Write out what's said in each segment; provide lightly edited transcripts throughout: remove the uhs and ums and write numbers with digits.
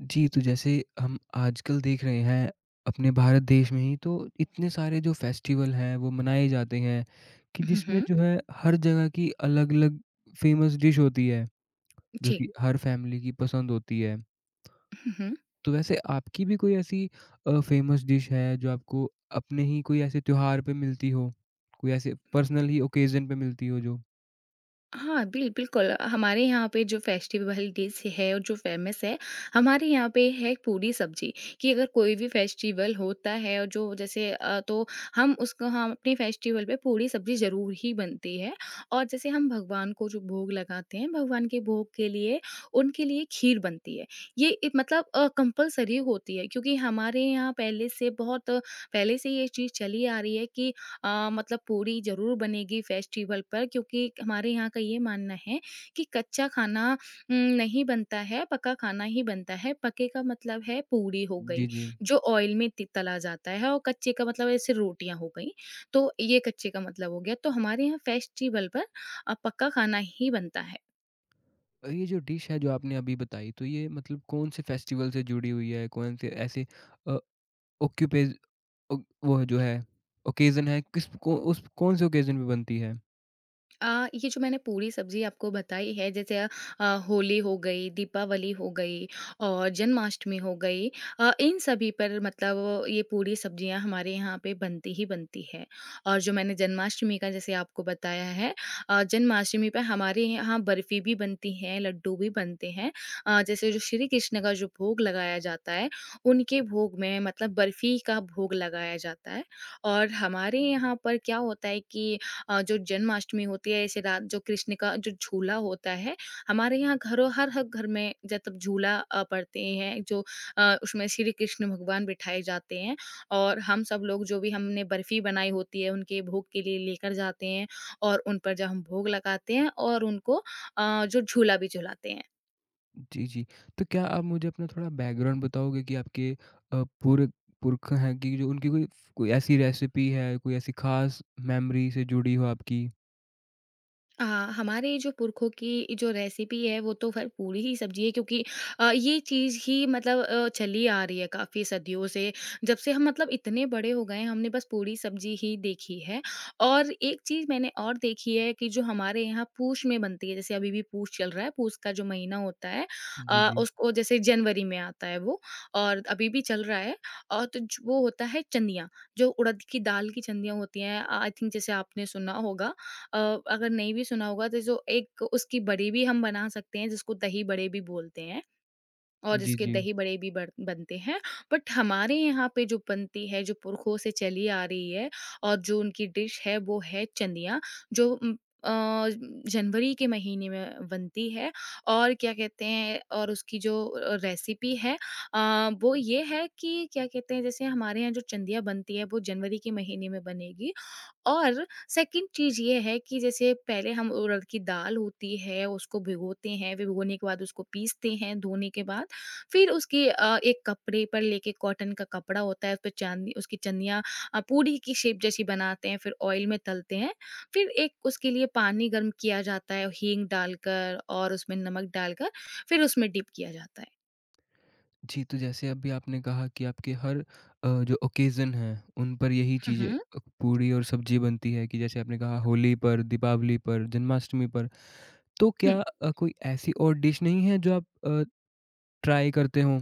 जी, तो जैसे हम आजकल देख रहे हैं अपने भारत देश में ही तो इतने सारे जो फेस्टिवल हैं वो मनाए जाते हैं कि हुँ, जिसमें हुँ। जो है हर जगह की अलग-अलग फ़ेमस डिश होती है, जो जी। कि हर फ़ैमिली की पसंद होती है। हुँ, हुँ। तो वैसे आपकी भी कोई ऐसी फ़ेमस डिश है जो आपको अपने ही कोई ऐसे त्योहार पे मिलती हो? कोई ऐसे पर्सनल ही ओकेज़न पे मिलती हो जो? हाँ, बिल्कुल हमारे यहाँ पे जो फेस्टिवल डिश है और जो फ़ेमस है, हमारे यहाँ पे है पूरी सब्ज़ी। कि अगर कोई भी फेस्टिवल होता है और जो जैसे तो हम उसको हम अपने फेस्टिवल पे पूरी सब्ज़ी ज़रूर ही बनती है। और जैसे हम भगवान को जो भोग लगाते हैं, भगवान के भोग के लिए उनके लिए खीर बनती है। ये एक मतलब कंपल्सरी होती है क्योंकि हमारे यहाँ पहले से बहुत पहले से ये चीज़ चली आ रही है कि मतलब पूरी ज़रूर बनेगी फेस्टिवल पर, क्योंकि हमारे यहाँ का ये मानना है कि कच्चा खाना नहीं बनता है, पका खाना ही बनता है। पके का मतलब है पूरी हो जी, गई, जी। जो ऑयल में ति तला जाता है, और कच्चे का मतलब ऐसे रोटियाँ हो गईं, तो ये कच्चे का मतलब हो गया। तो हमारे यहाँ फेस्टिवल पर पक्का खाना ही बनता है। ये जो डिश है जो आपने अभी बताई तो ये मतलब कौन से फेस्टिवल से जुड़ी हुई है? कौन से ऐसे अ, ऑक्यूपेज़ अ, वो है जो है ओकेज़न है किस को उस कौन से ओकेज़न पे बनती है? ये जो मैंने पूरी सब्ज़ी आपको बताई है, जैसे होली हो गई, दीपावली हो गई और जन्माष्टमी हो गई, इन सभी पर मतलब ये पूरी सब्ज़ियाँ हमारे यहाँ पे बनती ही बनती है। और जो मैंने जन्माष्टमी का जैसे आपको बताया है, जन्माष्टमी पे हमारे यहाँ बर्फ़ी भी बनती है, लड्डू भी बनते हैं। जैसे जो श्री कृष्ण का जो भोग लगाया जाता है, उनके भोग में मतलब बर्फ़ी का भोग लगाया जाता है। और हमारे यहाँ पर क्या होता है कि जो जन्माष्टमी होती है ऐसे रात जो कृष्ण का जो झूला होता है, हमारे यहाँ घरों हर हर घर में जब झूला पड़ते हैं जो उसमें श्री कृष्ण भगवान बिठाए जाते हैं, और हम सब लोग जो भी हमने बर्फी बनाई होती है उनके भोग के लिए लेकर जाते हैं, और उन पर जब हम भोग लगाते हैं और उनको जो झूला भी झुलाते हैं। जी, जी। तो क्या आप मुझे अपना थोड़ा बैकग्राउंड बताओगे कि आपके पूर्व पुरख हैं कि जो उनकी कोई कोई ऐसी रेसिपी है, कोई ऐसी ख़ास मेमोरी से जुड़ी हो आपकी? अ, हमारे जो पुरखों की जो रेसिपी है वो तो ख़ैर पूरी ही सब्ज़ी है, क्योंकि ये चीज़ ही मतलब चली आ रही है काफ़ी सदियों से। जब से हम मतलब इतने बड़े हो गए हैं, हमने बस पूरी सब्ज़ी ही देखी है। और एक चीज़ मैंने और देखी है कि जो हमारे यहाँ पूष में बनती है, जैसे अभी भी पूष चल रहा है, पूष का जो महीना होता है जी, जी। उसको जैसे जनवरी में आता है वो, और अभी भी चल रहा है। और तो ज वो होता है चंदियाँ, जो उड़द की दाल की चंदियाँ होती हैं, आई थिंक जैसे आपने सुना होगा। अ, अगर नहीं भी सुना होगा तो जो एक उसकी बड़ी भी हम बना सकते हैं जिसको दही बड़े भी बोलते हैं, और जी, जिसके जी। दही बड़े भी बड़ बनते हैं। बट हमारे यहाँ पे जो बनती है, जो पुरखों से चली आ रही है और जो उनकी डिश है वो है चंदिया, जो अ, जनवरी के महीने में बनती है। और क्या कहते हैं, और उसकी जो रेसिपी है, वो ये है कि क्या कहते हैं, जैसे हमारे यहाँ जो चंदिया बनती है वो जनवरी के महीने में बनेगी। और सेकंड चीज़ ये है कि जैसे पहले हम उड़द की दाल होती है, उसको भिगोते हैं, भिगोने के बाद उसको पीसते हैं धोने के बाद। फिर उसकी एक कपड़े पर लेके कॉटन का कपड़ा होता है, उस पे चाँदनी उसकी चन्नियाँ पूड़ी की शेप जैसी बनाते हैं, फिर ऑयल में तलते हैं। फिर एक उसके लिए पानी गर्म किया जाता है हींग डालकर और उसमें नमक डालकर, फिर उसमें डिप किया जाता है। जी, तो जैसे अभी आपने कहा कि आपके हर जो ओकेज़न है, उन पर यही हुँ, चीज़ें हुँ। पूड़ी और सब्ज़ी बनती है कि जैसे आपने कहा होली पर, दीपावली पर, जन्माष्टमी पर। तो हुँ। क्या कोई ऐसी और डिश नहीं है जो आप ट्राई करते हों।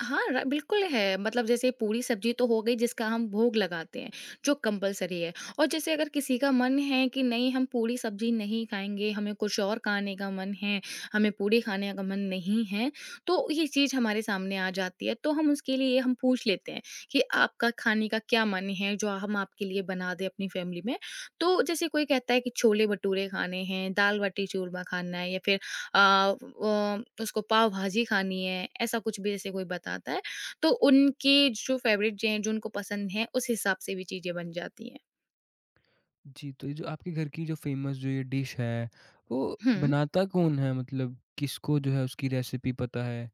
हाँ, र बिल्कुल है। मतलब जैसे पूरी सब्ज़ी तो हो गई जिसका हम भोग लगाते हैं, जो कंपल्सरी है। और जैसे अगर किसी का मन है कि नहीं हम पूरी सब्ज़ी नहीं खाएँगे, हमें कुछ और खाने का मन है, हमें पूरी खाने का मन नहीं है, तो ये चीज़ हमारे सामने आ जाती है। तो हम उसके लिए हम पूछ लेते हैं कि आपका खाने का क्या मन है, जो हम आपके लिए बना दें अपनी फैमिली में। तो जैसे कोई कहता है कि छोले-भटूरे खाने हैं, दाल-बाटी चूरमा खाना है, या फिर अ, व उसको पाव भाजी खानी है, ऐसा कुछ भी जैसे कोई बताता है, तो उनकी जो फ़ेवरेट चीज़ें हैं, जो उनको पसंद हैं, उस हिसाब से भी चीज़ें बन जाती हैं। जी, तो ये जो आपके घर की जो फ़ेमस जो ये डिश है, वो हुँ। बनाता कौन है? मतलब किसको जो है उसकी रेसिपी पता है?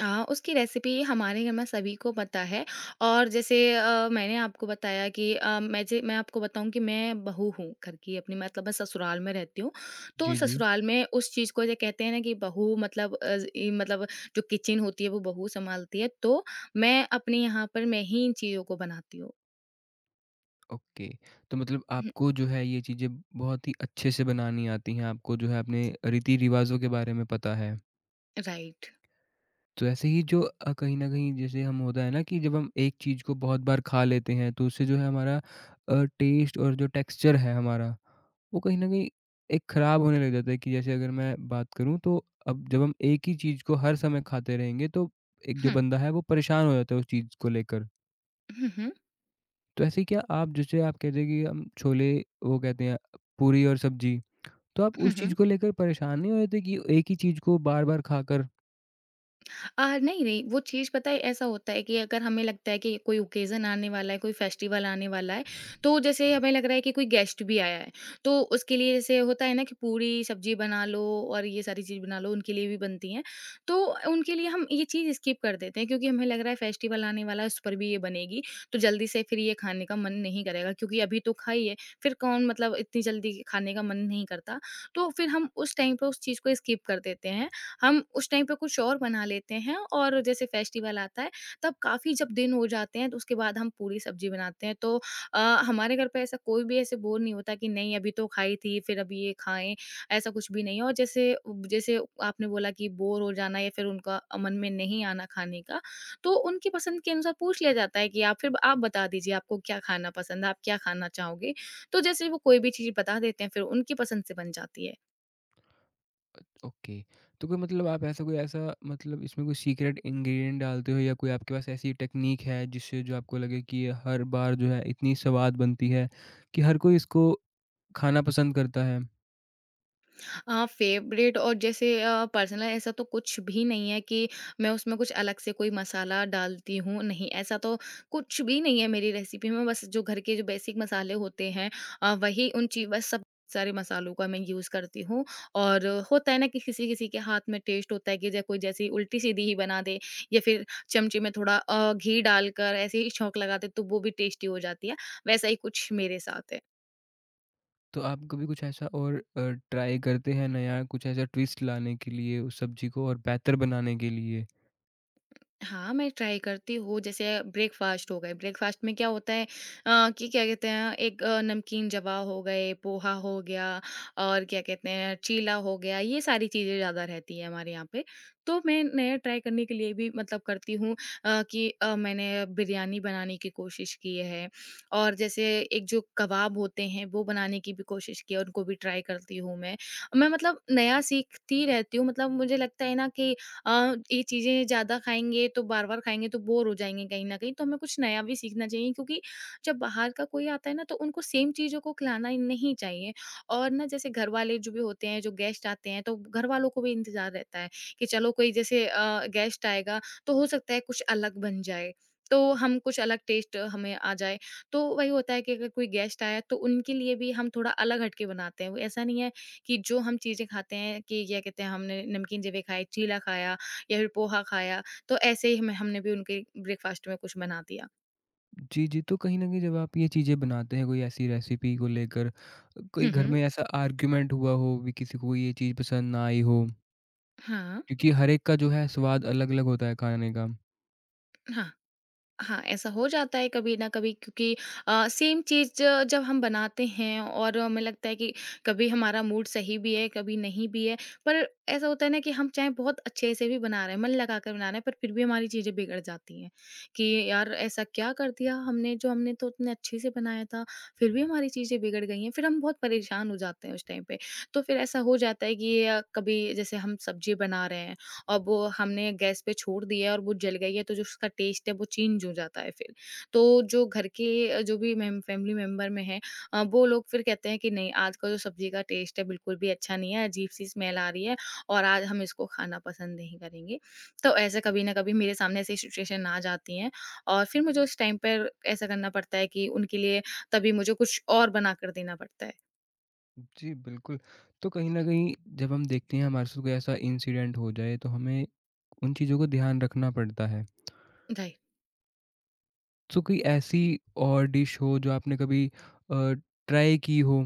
उसकी रेसिपी हमारे घर में सभी को पता है। और जैसे मैंने आपको बताया कि मैं आपको बताऊँ कि मैं बहू हूँ घर की अपनी, मतलब मैं ससुराल में रहती हूँ। तो जी, जी, ससुराल में उस चीज़ को जो कहते हैं ना कि बहू मतलब ज ई मतलब जो किचन होती है वो बहू सँभालती है, तो मैं अपने यहाँ पर मैं ही इन चीज़ों को बनाती हूँ। ओके। तो मतलब आपको जो है ये चीज़ें बहुत ही अच्छे से बनानी आती हैं, आपको जो है अपने रीति-रिवाज़ों के बारे में पता है। राइट। तो ऐसे ही जो कहीं न कहीं जैसे हम होता है ना कि जब हम एक चीज़ को बहुत बार खा लेते हैं तो उससे जो है हमारा टेस्ट और जो टेक्सचर है हमारा, वो कहीं न कहीं एक ख़राब होने लग जाता है कि जैसे अगर मैं बात करूँ तो अब जब हम एक ही चीज़ को हर समय खाते रहेंगे तो एक जो हम्म। बंदा है वो परेशान हो जाता है उस चीज़ को लेकर। हम्म। तो ऐसे ही क्या आप जैसे आप कहते हैं कि हम छोले वो कहते हैं पूरी और सब्ज़ी, तो आप उस हम्म। चीज़ को लेकर परेशान नहीं हो जाते कि एक ही चीज़ को बार-बार खाकर नहीं, नहीं, वो चीज़ पता है ऐसा होता है कि अगर हमें लगता है कि कोई ओकेज़न आने वाला है, कोई फेस्टिवल आने वाला है, तो जैसे हमें लग रहा है कि कोई गेस्ट भी आया है, तो उसके लिए जैसे होता है ना कि पूरी सब्ज़ी बना लो और ये सारी चीज़ बना लो, उनके लिए भी बनती हैं। तो उनके लिए हम ये चीज़ स्किप कर देते हैं, क्योंकि हमें लग रहा है फेस्टिवल आने वाला है, उस पर भी ये बनेगी, तो जल्दी से फिर ये खाने का मन नहीं करेगा, क्योंकि अभी तो खाई है, फिर कौन मतलब इतनी जल्दी खाने का मन नहीं करता। तो फिर हम उस टाइम पे उस चीज़ को स्किप कर देते हैं, हम उस टाइम पे कुछ और बना लेते हैं। और जैसे फेस्टिवल आता है, तब काफ़ी जब दिन हो जाते हैं तो उसके बाद हम पूरी सब्जी बनाते हैं, तो अ, हमारे घर पे ऐसा कोई भी ऐसे बोर नहीं होता कि नहीं अभी तो खाई थी फिर अभी ये खाएं। ऐसा कुछ भी नहीं है। और जैसे जैसे आपने बोला कि बोर हो जाना या फिर उनका मन में नहीं आना खाने का, तो उनकी पसंद के अनुसार पूछ लिया जाता है कि आप फिर आप बता दीजिए आपको क्या खाना पसंद है, आप क्या खाना चाहोगे। तो जैसे वो कोई भी चीज़ बता देते हैं, फिर उनकी पसंद से बन जाती है। ओके। तो कोई मतलब आप ऐसा कोई ऐसा मतलब इसमें कोई सीक्रेट इंग्रीडिएंट डालते हो या कोई आपके पास ऐसी टेक्नीक है जिससे जो आपको लगे कि ये हर बार जो है इतनी स्वाद बनती है कि हर कोई इसको खाना पसंद करता है। हाँ, फेवरेट और जैसे पर्सनल ऐसा तो कुछ भी नहीं है कि मैं उसमें कुछ अलग से कोई मसाला डालती हूँ, नहीं ऐसा तो कुछ भी नहीं है मेरी रेसिपी में। बस जो घर के जो बेसिक मसाले होते हैं, वही उन ची बस सब सारे मसालों का मैं यूज़ करती हूँ। और होता है ना कि किसी-किसी के हाथ में टेस्ट होता है कि ज कोई जैसे उल्टी-सीधी ही बना दे या फिर चमचे में थोड़ा घी डालकर ऐसे ही छौंक लगा दे तो वो भी टेस्टी हो जाती है, वैसा ही कुछ मेरे साथ है। तो आप कभी कुछ ऐसा और ट्राई करते हैं नया कुछ ऐसा ट्विस्ट लाने के लिए उस सब्ज़ी को और बेहतर बनाने के लिए? हाँ, मैं ट्राई करती हूँ, जैसे ब्रेकफ़ास्ट हो गए, ब्रेकफ़ास्ट में क्या होता है कि क्या कहते हैं, एक नमकीन जवा हो गए, पोहा हो गया और क्या कहते हैं, चीला हो गया, ये सारी चीज़ें ज़्यादा रहती हैं हमारे यहाँ पे। तो मैं नया ट्राई करने के लिए भी मतलब करती हूँ कि मैंने बिरयानी बनाने की कोशिश की है, और जैसे एक जो कबाब होते हैं, वो बनाने की भी कोशिश की है, उनको भी ट्राई करती हूँ मैं। मैं मतलब नया सीखती रहती हूँ, मतलब मुझे लगता है ना कि ये चीज़ें ज़्यादा खाएँगे तो बार-बार खाएँगे तो बोर हो जाएँगे कहीं न कहीं, तो हमें कुछ नया भी सीखना चाहिए। क्योंकि जब बाहर का कोई आता है ना, तो उनको सेम चीज़ों को खिलाना ही नहीं चाहिए। और ना जैसे घरवाले जो भी होते हैं, जो गेस्ट आते हैं, तो घरवालों को भी इंतज़ार रहता है कि चलो कोई जैसे गेस्ट आएगा तो हो सकता है कुछ अलग बन जाए, तो हम कुछ अलग टेस्ट हमें आ जाए। तो वही होता है कि अगर कोई गेस्ट आया तो उनके लिए भी हम थोड़ा अलग हट के बनाते हैं। वो ऐसा नहीं है कि जो हम चीज़ें खाते हैं कि क्या कहते हैं हमने नमकीन ज़ेबें खाए, चीला खाया या फिर पोहा खाया, तो ऐसे ही हमें हमने भी उनके ब्रेकफ़ास्ट में कुछ बना दिया। जी, जी। तो कहीं न कहीं जब आप ये चीज़ें बनाते हैं कोई ऐसी रेसिपी को लेकर, कोई हुँ, घर हुँ। में ऐसा आर्गुमेंट हुआ हो भी किसी को ये चीज़ पसंद ना आई हो? हाँ। क्योंकि हर एक का जो है स्वाद अलग-अलग होता है खाने का। हाँ। हाँ, ऐसा हो जाता है कभी न कभी, क्योंकि सेम चीज़ जब हम बनाते हैं और हमें लगता है कि कभी हमारा मूड सही भी है, कभी नहीं भी है। पर ऐसा होता है ना कि हम चाहे बहुत अच्छे से भी बना रहे हैं, मन लगाकर बना रहे हैं, पर फिर भी हमारी चीज़ें बिगड़ जाती हैं, कि यार ऐसा क्या कर दिया हमने, जो हमने तो इतने अच्छे से बनाया था, फिर भी हमारी चीज़ें बिगड़ गई हैं। फिर हम बहुत परेशान हो जाते हैं उस टाइम पे। तो फिर ऐसा हो जाता है कि कभी जैसे हम सब्ज़ी बना रहे हैं, अब वो हमने गैस पे छोड़ दिया है और वो जल गई है, तो जो उसका टेस्ट है वो चेंज हो जाता है फिर। तो जो घर के जो भी मेम फैमिली मेंबर में है वो लोग फिर कहते हैं कि नहीं आज का जो सब्ज़ी का टेस्ट है बिल्कुल भी अच्छा नहीं है, अजीब-सी स्मेल आ रही है और आज हम इसको खाना पसंद नहीं करेंगे। तो ऐसे कभी न कभी मेरे सामने ऐसी सिचुएशन आ जाती हैं और फिर मुझे उस टाइम पर ऐसा करना पड़ता है कि उनके लिए तभी मुझे कुछ और बनाकर देना पड़ता है। जी, बिल्कुल। तो कहीं न कहीं जब हम देखते हैं हमारे साथ कोई ऐसा इंसिडेंट हो जाए तो हमें उन चीज़ों को ध्यान रखना पड़ता है। राइट। तो कोई ऐसी और डिश हो जो आपने कभी अ, ट्राई की हो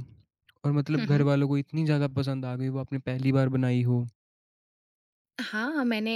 और मतलब हुँ, घर हुँ। वालों को इतनी ज़्यादा पसंद आ गई वो आपने पहली बार बनाई हो? हाँ, मैंने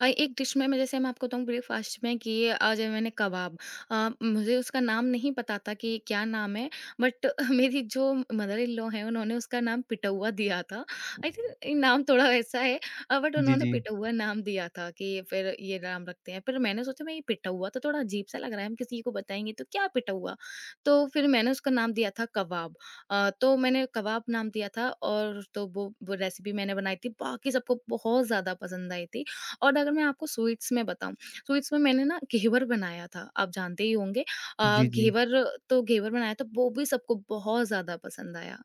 एक डिश में मैं जैसे मैं आपको बताऊँ ब्रेकफ़ास्ट में कि जब मैंने कबाब मुझे उसका नाम नहीं पता था कि क्या नाम है, बट मेरी जो मदर इन लॉ हैं, उन्होंने उसका नाम पिटौवा दिया था। आई थिंक ये नाम थोड़ा वैसा है, बट जी, उन्होंने जी। पिटौवा नाम दिया था कि फिर ये नाम रखते हैं। फिर मैंने सोचा मैं ये पिटौवा तो थोड़ा अजीब-सा लग रहा है, हम किसी को बताएँगे तो क्या पिटौवा? तो फिर मैंने उसका नाम दिया था कबाब। तो मैंने कबाब नाम दिया था और तो वो रेसिपी मैंने बनाई थी, बाकी सबको बहुत ज़्यादा पसंद आई थी। और अगर मैं आपको स्वीट्स में बताऊँ, स्वीट्स में मैंने ना घेवर बनाया था, आप जानते ही होंगे जी, जी। घेवर। तो घेवर बनाया था, वो भी सबको बहुत ज़्यादा पसंद आया।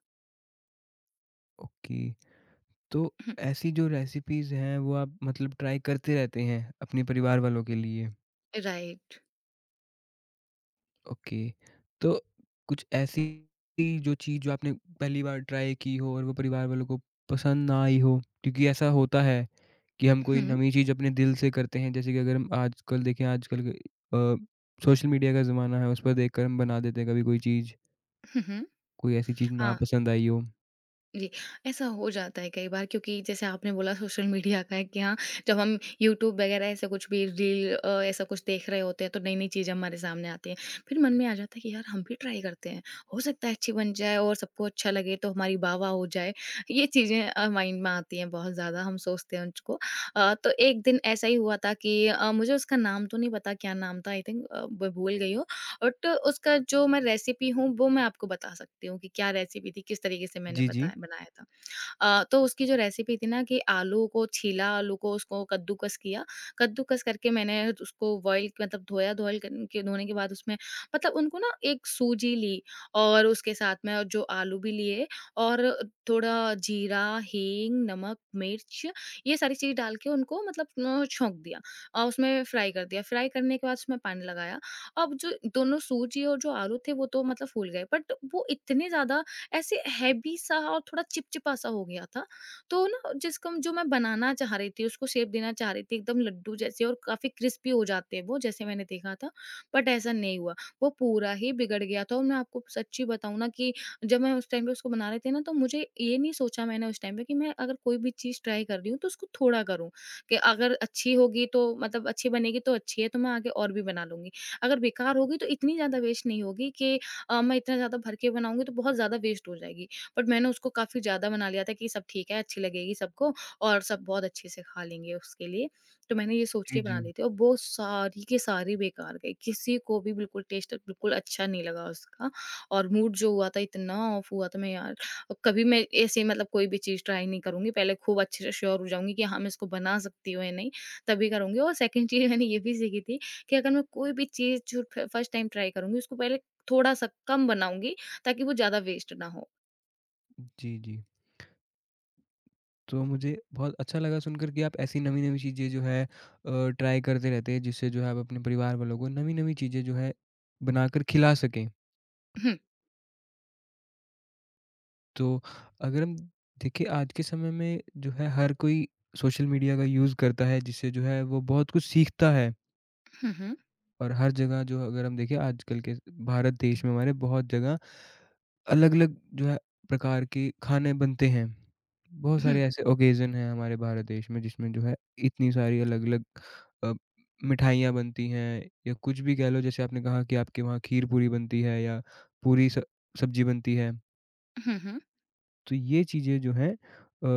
ओके। तो ऐसी जो रेसिपीज़ हैं वो आप मतलब ट्राई करते रहते हैं अपने परिवार वालों के लिए? राइट। ओके। तो कुछ ऐसी जो चीज़ जो आपने पहली बार ट्राई की हो और वो परिवार वालों को पसंद ना आई हो? क्योंकि ऐसा होता है कि हम कोई हुँ, नई चीज़ अपने दिल से करते हैं, जैसे कि अगर हम आजकल देखें आजकल सोशल मीडिया का ज़माना है, उस पर देखकर हम बना देते हैं कभी कोई चीज़, हुँ, हुँ। कोई ऐसी चीज़ ना हाँ। पसंद आई हो। जी, ऐसा हो जाता है कई बार क्योंकि जैसे आपने बोला सोशल मीडिया का है कि हाँ, जब हम यूट्यूब वगैरह ऐसा कुछ भी रील ऐसा कुछ देख रहे होते हैं तो नई-नई चीज़ें हमारे सामने आती हैं। फिर मन में आ जाता है कि यार हम भी ट्राई करते हैं। हो सकता है अच्छी बन जाए और सबको अच्छा लगे तो हमारी वाह-वाह हो जाए। ये चीज़ें माइंड में आती हैं, बहुत ज़्यादा हम सोचते हैं उसको। तो एक दिन ऐसा ही हुआ था कि मुझे उसका नाम तो नहीं पता क्या नाम था, आई थिंक अ, ब भूल गई हूँ। बट उसका जो मैं रेसिपी हूँ, वो मैं आपको बता सकती हूँ कि क्या रेसिपी थी, किस तरीके से मैंने जी, जी। बताया बनाया था। तो उसकी जो रेसिपी थी ना कि आलू को छीला, आलू को उसको कद्दूकस किया, कद्दूकस करके मैंने उसको बॉयल मतलब धोया, धोयल कन के धोने के बाद उसमें मतलब उनको ना एक सूजी ली और उसके साथ में और जो आलू भी लिए और थोड़ा जीरा, हींग, नमक, मिर्च, ये सारी चीज़ डाल के उनको मतलब छौंक दिया और उसमें फ्राई कर दिया। फ्राई करने के बाद उसमें पानी लगाया। अब जो दोनों सूजी और जो आलू थे वो तो मतलब फूल गए, बट वो इतने ज़्यादा ऐसे हैवी सा और थोड़ा चिपचिपा सा हो गया था। तो ना जिसको जो मैं बनाना चाह रही थी, उसको शेप देना चाह रही थी एकदम लड्डू जैसे और काफ़ी क्रिस्पी हो जाते हैं वो जैसे मैंने देखा था, बट ऐसा नहीं हुआ। वो पूरा ही बिगड़ गया था और मैं आपको सच्ची बताऊँ ना कि जब मैं उस टाइम पे उसको बना रहे थे ना तो मुझे ये नहीं सोचा मैंने उस टाइम पे कि मैं अगर कोई भी चीज़ ट्राई कर रही हूँ तो उसको थोड़ा करूँ, कि अगर अच्छी होगी तो मतलब अच्छी बनेगी तो अच्छी है तो मैं आगे और भी बना लूँगी। अगर बेकार होगी तो इतनी ज़्यादा वेस्ट नहीं होगी कि मैं इतना ज़्यादा भर के बनाऊँगी तो बहुत ज़्यादा वेस्ट हो जाएगी। बट मैंने उसको काफ़ी ज़्यादा बना लिया था कि सब ठीक है, अच्छी लगेगी सबको और सब बहुत अच्छे से खा लेंगे उसके लिए। तो मैंने ये सोच जी, के जी। बना ली थी और वो सारी की सारी बेकार गई। किसी को भी बिल्कुल टेस्ट बिल्कुल अच्छा नहीं लगा उसका और मूड जो हुआ था इतना ऑफ हुआ था। मैं यार अब कभी मैं ऐसे मतलब कोई भी चीज़ ट्राई नहीं करूँगी। पहले खूब अच्छे से श्योर हो जाऊँगी कि हाँ, मैं इसको बना सकती हूँ या नहीं, तभी करूँगी और सेकंड चीज़ मैंने ये भी सीखी थी कि अगर मैं कोई भी चीज़ जो फ फर्स्ट टाइम ट्राई करूँगी उसको पहले थोड़ा-सा कम बनाऊँगी ताकि वो ज़्यादा वेस्ट ना हो। जी, जी। तो मुझे बहुत अच्छा लगा सुनकर कि आप ऐसी नवी-नवी चीज़ें जो है ट्राई करते रहते हैं, जिससे जो है आप अपने परिवार वालों को नवी-नवी चीज़ें जो है बनाकर खिला सकें। हुँ। तो अगर हम देखिए आज के समय में जो है हर कोई सोशल मीडिया का यूज़ करता है जिससे जो है वो बहुत कुछ सीखता है हुँ, हुँ। और हर जगह जो अगर हम देखें आजकल के भारत देश में हमारे बहुत जगह अलग-अलग जो है प्रकार के खाने बनते हैं। बहुत हुँ, सारे ऐसे ओकेज़न हैं हमारे भारत देश में जिसमें जो है इतनी सारी अलग-अलग अ, मिठाइयाँ बनती हैं या कुछ भी कह लो जैसे आपने कहा कि आपके वहाँ खीर पूरी बनती है या पूरी स सब्ज़ी बनती है। हुँ, हुँ, तो ये चीज़ें जो हैं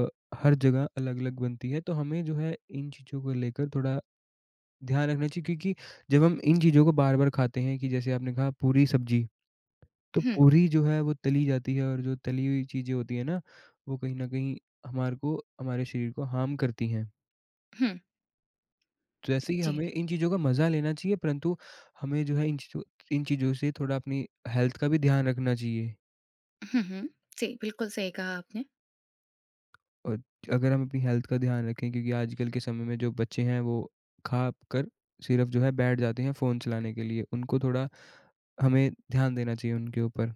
अ, हर जगह अलग-अलग बनती है, तो हमें जो है इन चीज़ों को लेकर थोड़ा ध्यान रखना चाहिए क्योंकि जब हम इन चीज़ों को बार-बार खाते हैं कि जैसे आपने कहा पूरी सब्ज़ी, तो हुँ, पूरी जो है वो तली जाती है और जो तली हुई चीज़ें होती हैं ना, वो कहीं न कहीं हमारे को हमारे शरीर को हार्म करती हैं। हुँ। तो ऐसे ही जी, हमें इन चीज़ों का मज़ा लेना चाहिए परंतु हमें जो है इन चीज़ों से थोड़ा अपनी हेल्थ का भी ध्यान रखना चाहिए। हुँ, हुँ। जी, बिल्कुल सही कहा आपने। और अगर हम अपनी हेल्थ का ध्यान रखें क्योंकि आजकल के समय में जो बच्चे हैं वो खा कर सिर्फ जो है बैठ जाते हैं फ़ोन चलाने के लिए। उनको थोड़ा हमें ध्यान देना चाहिए उनके ऊपर।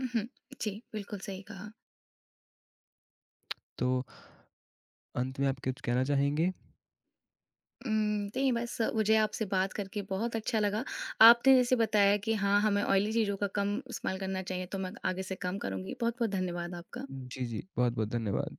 हुँ, जी, बिल्कुल सही कहा। तो अंत में आप कुछ कहना चाहेंगे? उम, नहीं बस मुझे आपसे बात करके बहुत अच्छा लगा। आपने जैसे बताया कि हाँ, हमें ऑयली चीज़ों का कम इस्तेमाल करना चाहिए तो मैं आगे से कम करूँगी। बहुत-बहुत धन्यवाद आपका। जी, जी। बहुत-बहुत धन्यवाद।